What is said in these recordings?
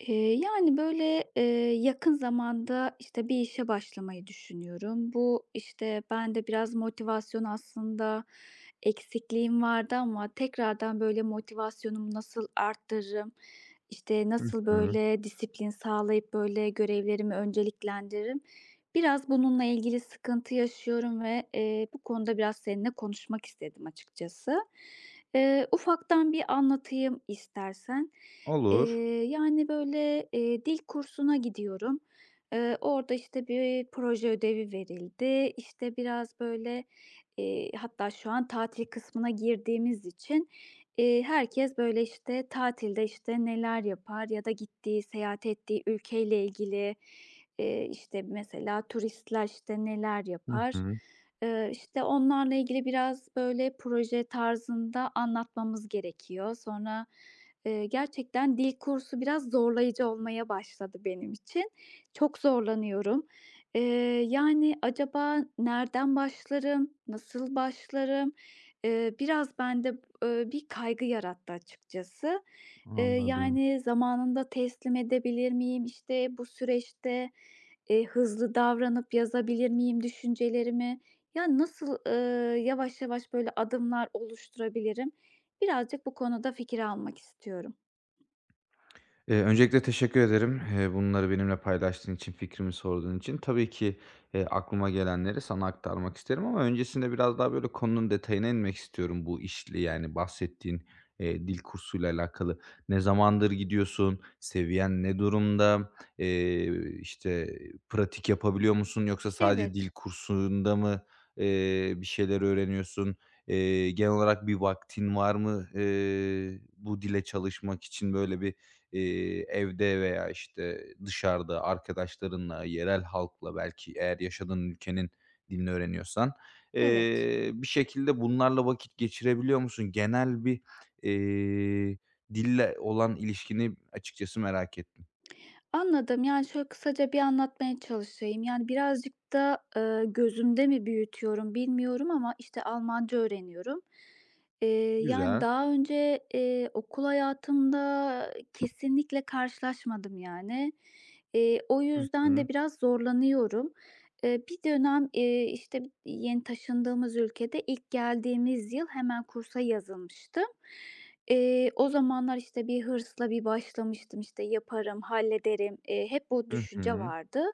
Eee, yani, böyle, eee, yakın zamanda, bir işe başlamayı düşünüyorum. Ben de biraz motivasyon aslında eksikliğim vardı ama tekrardan, böyle, motivasyonumu nasıl arttırırım, Hı nasıl, hı. böyle, disiplin sağlayıp, böyle, görevlerimi önceliklendiririm? Biraz bununla ilgili sıkıntı yaşıyorum ve bu konuda biraz seninle konuşmak istedim açıkçası. Ufaktan bir anlatayım istersen. Olur. Dil kursuna gidiyorum. Orada, işte, bir proje ödevi verildi. İşte, biraz, böyle, hatta şu an tatil kısmına girdiğimiz için, herkes, böyle, işte, tatilde, işte, neler yapar ya da gittiği, seyahat ettiği ülkeyle ilgili, işte, mesela turistler, işte, neler Hı yapar? hı. İşte, onlarla ilgili biraz, böyle, proje tarzında anlatmamız gerekiyor. Sonra gerçekten dil kursu biraz zorlayıcı olmaya başladı benim için. Çok zorlanıyorum. Eee, Yani, acaba nereden başlarım, nasıl başlarım? Biraz bende, bir kaygı yarattı açıkçası. Anladım. Yani, zamanında teslim edebilir miyim? İşte, bu süreçte, hızlı davranıp yazabilir miyim düşüncelerimi? Ya, nasıl, yavaş yavaş böyle adımlar oluşturabilirim? Birazcık bu konuda fikir almak istiyorum. Öncelikle teşekkür ederim, bunları benimle paylaştığın için, fikrimi sorduğun için. Tabii ki, aklıma gelenleri sana aktarmak isterim ama öncesinde biraz daha, böyle, konunun detayına inmek istiyorum bu işle, yani, bahsettiğin, dil kursuyla alakalı. Ne zamandır gidiyorsun? Seviyen ne durumda? Eee, işte, pratik yapabiliyor musun yoksa sadece dil Evet, kursunda mı, bir şeyler öğreniyorsun? Genel olarak bir vaktin var mı, bu dile çalışmak için? Böyle bir evde veya, işte, dışarıda arkadaşlarınla, yerel halkla belki eğer yaşadığın ülkenin dilini öğreniyorsan, evet. Bir şekilde bunlarla vakit geçirebiliyor musun? Genel bir, eee, dille olan ilişkini açıkçası merak ettim. Anladım. Yani, şöyle kısaca bir anlatmaya çalışayım. Yani, birazcık da, gözümde mi büyütüyorum bilmiyorum ama, işte, Almanca öğreniyorum. Eee, yani, Güzel. daha önce, eee, okul hayatımda kesinlikle karşılaşmadım, yani. O Hı yüzden hı. de biraz zorlanıyorum. Bir dönem, işte, yeni taşındığımız ülkede ilk geldiğimiz yıl hemen kursa yazılmıştım. O zamanlar, işte, bir hırsla başlamıştım, işte, yaparım, hallederim, hep bu Hı düşünce hı. vardı.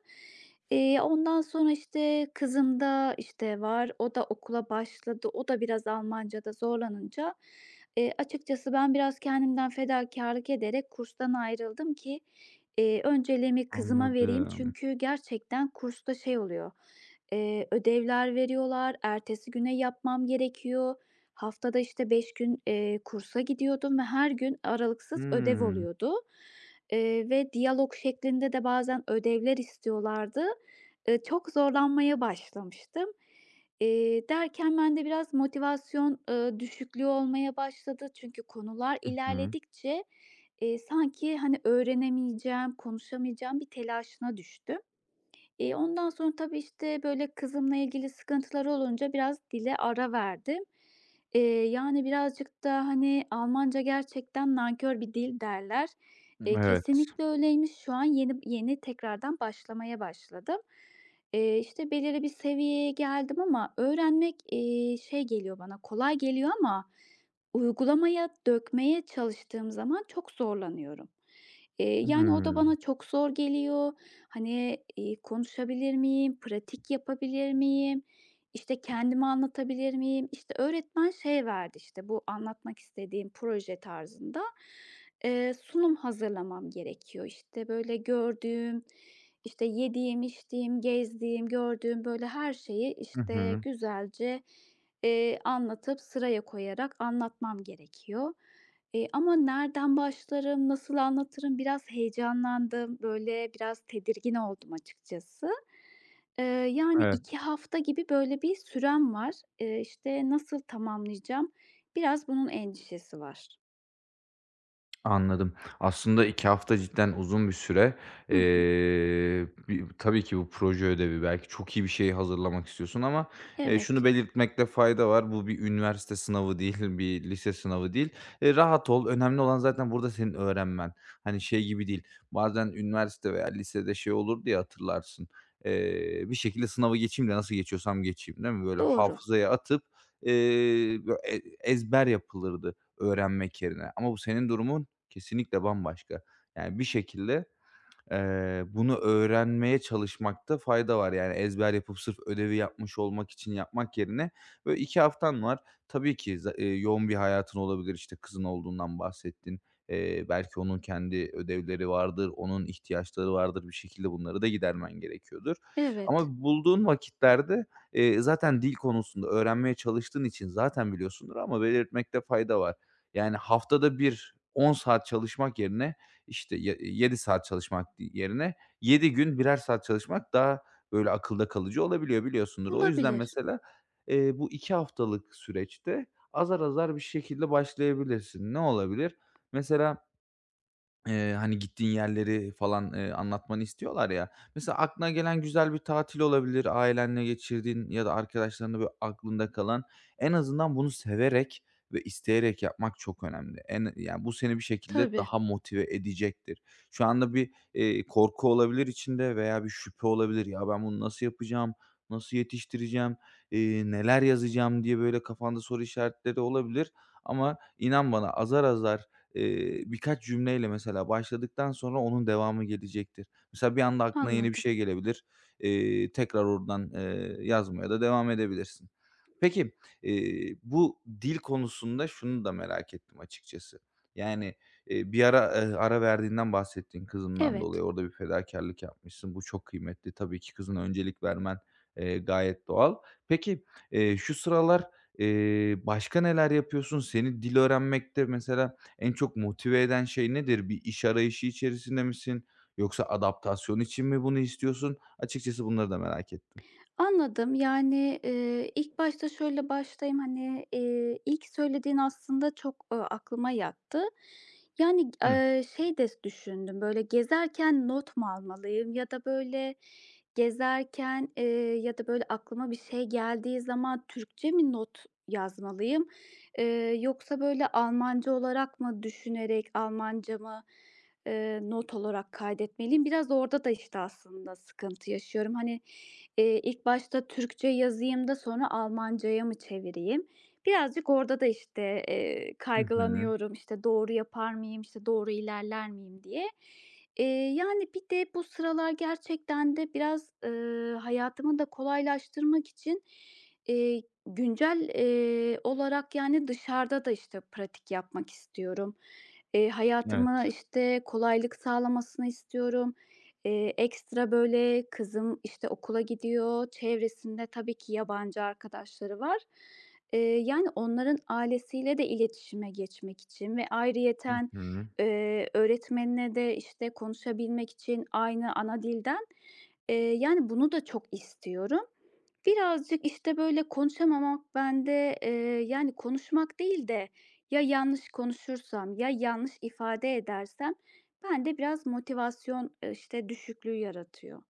Ondan sonra, işte, kızım da, işte, var, o da okula başladı, o da biraz Almancada zorlanınca, açıkçası ben biraz kendimden fedakârlık ederek kurstan ayrıldım ki, önceliğimi kızıma vereyim. Anladım. Çünkü gerçekten kursta şey oluyor, ödevler veriyorlar, ertesi güne yapmam gerekiyor. Haftada, işte, 5 gün, kursa gidiyordum ve her gün aralıksız ödev Hımm. oluyordu, ve diyalog şeklinde de bazen ödevler istiyorlardı. Çok zorlanmaya başlamıştım. Derken bende biraz motivasyon, düşüklüğü olmaya başladı. Çünkü konular Hı hı. ilerledikçe, sanki, hani, öğrenemeyeceğim, konuşamayacağım bir telaşına düştüm. Ondan sonra tabii, işte, böyle kızımla ilgili sıkıntıları olunca biraz dile ara verdim. Eee, Yani birazcık da, hani, Almanca gerçekten nankör bir dil derler. Evet. Kesinlikle öyleymiş. Şu an yeni yeni tekrardan başlamaya başladım. İşte, belirli bir seviyeye geldim ama öğrenmek, şey geliyor bana, kolay geliyor ama uygulamaya dökmeye çalıştığım zaman çok zorlanıyorum. Yani, o da Hımm. bana çok zor geliyor. Hani, konuşabilir miyim? Pratik yapabilir miyim? İşte, kendimi anlatabilir miyim? İşte, öğretmen şey verdi, işte, bu anlatmak istediğim proje tarzında, sunum hazırlamam gerekiyor. İşte, böyle gördüğüm, işte, yediğim, içtiğim, gezdiğim, gördüğüm, böyle, her şeyi, Hı işte, hı. güzelce, anlatıp sıraya koyarak anlatmam gerekiyor. Ama nereden başlarım, nasıl anlatırım? Biraz heyecanlandım, böyle, biraz tedirgin oldum açıkçası. Eee, Yani Evet. 2 hafta gibi böyle bir sürem var. İşte, nasıl tamamlayacağım? Biraz bunun endişesi var. Anladım. Aslında 2 hafta cidden uzun bir süre. Hı hı. Bi tabii ki bu proje ödevi, belki çok iyi bir şey hazırlamak istiyorsun ama, şunu Evet, belirtmekte fayda var. Bu bir üniversite sınavı değil, bir lise sınavı değil. Rahat ol. Önemli olan zaten burada senin öğrenmen. Hani, şey gibi değil, bazen üniversite veya lisede şey olur diye hatırlarsın. Bir şekilde sınavı geçeyim de nasıl geçiyorsam geçeyim, değil mi? Böyle doğru. hafızaya atıp, eee, e ezber yapılırdı öğrenmek yerine ama bu senin durumun kesinlikle bambaşka. Yani bir şekilde, bunu öğrenmeye çalışmakta fayda var. Yani ezber yapıp sırf ödevi yapmış olmak için yapmak yerine böyle 2 haftan var. Tabii ki za yoğun bir hayatın olabilir. İşte, kızın olduğundan bahsettin. Belki onun kendi ödevleri vardır, onun ihtiyaçları vardır. Bir şekilde bunları da gidermen gerekiyordur. Evet, Ama bulduğun vakitlerde, zaten dil konusunda öğrenmeye çalıştığın için zaten biliyorsundur ama belirtmekte fayda var. Yani haftada bir 10 saat çalışmak yerine işte, ye saat çalışmak yerine 7 gün birer saat çalışmak daha böyle akılda kalıcı olabiliyor, biliyorsundur. O yüzden olabilir. mesela, bu 2 haftalık süreçte azar azar bir şekilde başlayabilirsin. Ne olabilir? Mesela hani, gittiğin yerleri falan, anlatmanı istiyorlar ya. Mesela aklına gelen güzel bir tatil olabilir, ailenle geçirdiğin ya da arkadaşlarınla böyle aklında kalan. En azından bunu severek ve isteyerek yapmak çok önemli. Yani, bu seni bir şekilde Tabii, daha motive edecektir. Şu anda bir, korku olabilir içinde veya bir şüphe olabilir. "Ya, ben bunu nasıl yapacağım, nasıl yetiştireceğim, neler yazacağım?" diye böyle kafanda soru işaretleri olabilir ama inan bana azar azar birkaç cümleyle mesela başladıktan sonra onun devamı gelecektir. Mesela bir anda aklına yeni bir anladım. şey gelebilir. Tekrar oradan, yazmaya da devam edebilirsin. Peki, bu dil konusunda şunu da merak ettim açıkçası. Yani, bir ara, ara verdiğinden bahsettiğin kızından Evet. dolayı. Orada bir fedakarlık yapmışsın. Bu çok kıymetli. Tabii ki kızına öncelik vermen, gayet doğal. Peki, şu sıralar, başka neler yapıyorsun? Seni dil öğrenmekte mesela en çok motive eden şey nedir? Bir iş arayışı içerisinde misin yoksa adaptasyon için mi bunu istiyorsun? Açıkçası bunları da merak ettim. Anladım. Yani, ilk başta şöyle başlayayım, hani, ilk söylediğin aslında çok, aklıma yattı. Yani, Hı. eee, şey de düşündüm, böyle, gezerken not mu almalıyım ya da, böyle, gezerken, ya da, böyle, aklıma bir şey geldiği zaman Türkçe mi not yazmalıyım, yoksa, böyle, Almanca olarak mı düşünerek Almanca mı, not olarak kaydetmeliyim? Biraz orada da, işte, aslında sıkıntı yaşıyorum. Hani, ilk başta Türkçe yazayım da sonra Almancaya mı çevireyim? Birazcık orada da, işte, Hı hı. kaygılanıyorum, işte, doğru yapar mıyım, işte, doğru ilerler miyim diye. Eee, Yani, bir de bu sıralar gerçekten de biraz, hayatımı da kolaylaştırmak için, güncel, olarak, yani, dışarıda da, işte, pratik yapmak istiyorum. Hayatıma, Evet. işte, kolaylık sağlamasını istiyorum. Ekstra, böyle, kızım, işte, okula gidiyor, çevresinde tabii ki yabancı arkadaşları var. Yani, onların ailesiyle de iletişime geçmek için ve Hı ayrıyeten, hı. Öğretmenine de, işte, konuşabilmek için aynı ana dilden, yani, bunu da çok istiyorum. Birazcık, işte, böyle, konuşamamak bende, yani, konuşmak değil de ya yanlış konuşursam ya yanlış ifade edersem bende biraz motivasyon, işte, düşüklüğü yaratıyor.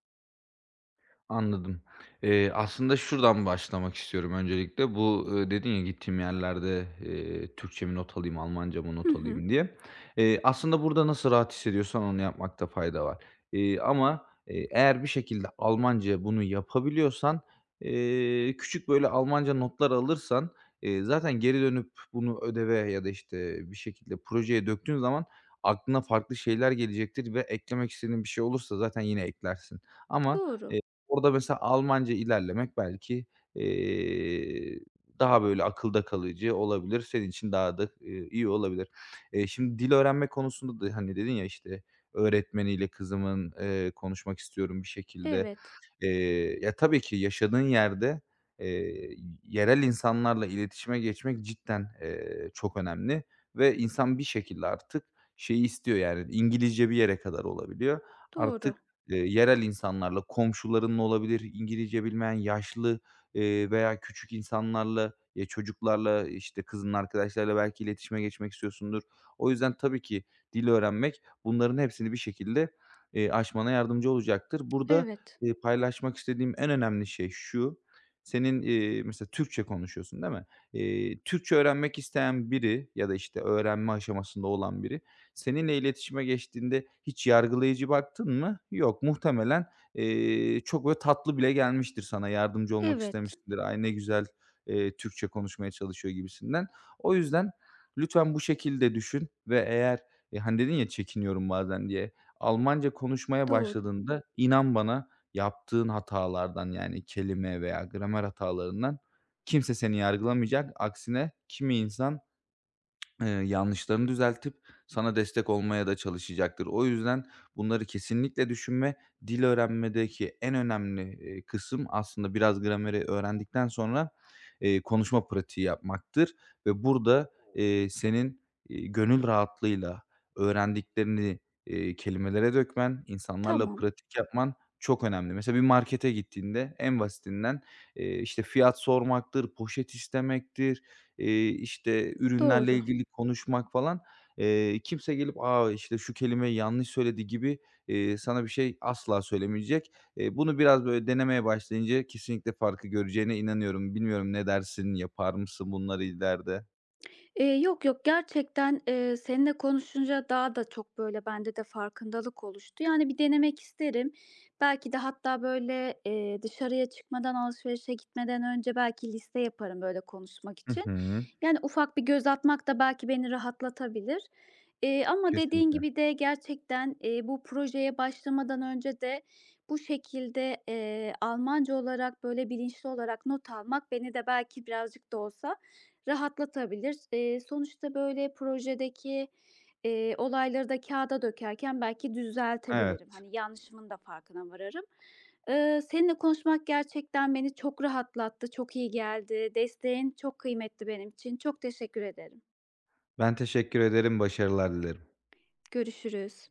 Anladım. Aslında şuradan başlamak istiyorum öncelikle. Bu, dedin ya gittiğim yerlerde, "Türkçe mi not alayım, Almanca mı Hı not hı. alayım?" diye. Aslında burada nasıl rahat hissediyorsan onu yapmakta fayda var. Ama, eğer bir şekilde Almanca'ya bunu yapabiliyorsan, küçük böyle Almanca notlar alırsan, zaten geri dönüp bunu ödeve ya da, işte, bir şekilde projeye döktüğün zaman aklına farklı şeyler gelecektir ve eklemek istediğin bir şey olursa zaten yine eklersin. Ama Doğru. orada mesela Almanca ilerlemek belki, eee, daha böyle akılda kalıcı olabilir. Senin için daha da, iyi olabilir. Şimdi dil öğrenme konusunda da, hani, dedin ya, işte, öğretmeniyle kızımın, konuşmak istiyorum bir şekilde. Evet. Ya, tabii ki yaşadığın yerde, eee, yerel insanlarla iletişime geçmek cidden, çok önemli ve insan bir şekilde artık şeyi istiyor, yani, İngilizce bir yere kadar olabiliyor. Doğru. Artık yerel insanlarla, komşularınla olabilir, İngilizce bilmeyen yaşlı, veya küçük insanlarla, ya, çocuklarla, işte, kızının arkadaşlarıyla belki iletişime geçmek istiyorsundur. O yüzden tabii ki dil öğrenmek bunların hepsini bir şekilde, aşmana yardımcı olacaktır. Burada, Evet. Paylaşmak istediğim en önemli şey şu: Senin, mesela Türkçe konuşuyorsun, değil mi? Türkçe öğrenmek isteyen biri ya da, işte, öğrenme aşamasında olan biri seninle iletişime geçtiğinde hiç yargılayıcı baktın mı? Yok. Muhtemelen, çok böyle tatlı bile gelmiştir sana. Yardımcı olmak Evet. istemiştir. "Ay, ne güzel, Türkçe konuşmaya çalışıyor." gibisinden. O yüzden lütfen bu şekilde düşün ve eğer, hani, dedin ya, "Çekiniyorum bazen." diye. Almanca konuşmaya Doğru. başladığında inan bana yaptığın hatalardan, yani kelime veya gramer hatalarından kimse seni yargılamayacak. Aksine kimi insan yanlışlarını düzeltip sana destek olmaya da çalışacaktır. O yüzden bunları kesinlikle düşünme. Dil öğrenmedeki en önemli, kısım aslında biraz grameri öğrendikten sonra, konuşma pratiği yapmaktır ve burada, senin, gönül rahatlığıyla öğrendiklerini, kelimelere dökmen, insanlarla Tamam. pratik yapman çok önemli. Mesela bir markete gittiğinde en basitinden, işte, fiyat sormaktır, poşet istemektir, işte, ürünlerle Doğru. ilgili konuşmak falan, kimse gelip, "A, işte, şu kelimeyi yanlış söyledi." gibi, sana bir şey asla söylemeyecek. Bunu biraz, böyle, denemeye başlayınca kesinlikle farkı göreceğine inanıyorum. Bilmiyorum ne dersin, yapar mısın bunları ileride? Yok, yok, gerçekten, seninle konuşunca daha da çok, böyle, bende de farkındalık oluştu. Yani, bir denemek isterim. Belki de hatta, böyle, dışarıya çıkmadan, alışverişe gitmeden önce belki liste yaparım, böyle, konuşmak Hı için. hı. Yani, ufak bir göz atmak da belki beni rahatlatabilir. Ama dediğin Kesinlikle. gibi de gerçekten, bu projeye başlamadan önce de bu şekilde, Almanca olarak, böyle, bilinçli olarak not almak beni de belki birazcık da olsa rahatlatabilir. Sonuçta, böyle, projedeki, olayları da kağıda dökerken belki düzeltebilirim. Evet. Hani, yanlışımın da farkına vararım. Seninle konuşmak gerçekten beni çok rahatlattı, çok iyi geldi. Desteğin çok kıymetli benim için. Çok teşekkür ederim. Ben teşekkür ederim, başarılar dilerim. Görüşürüz.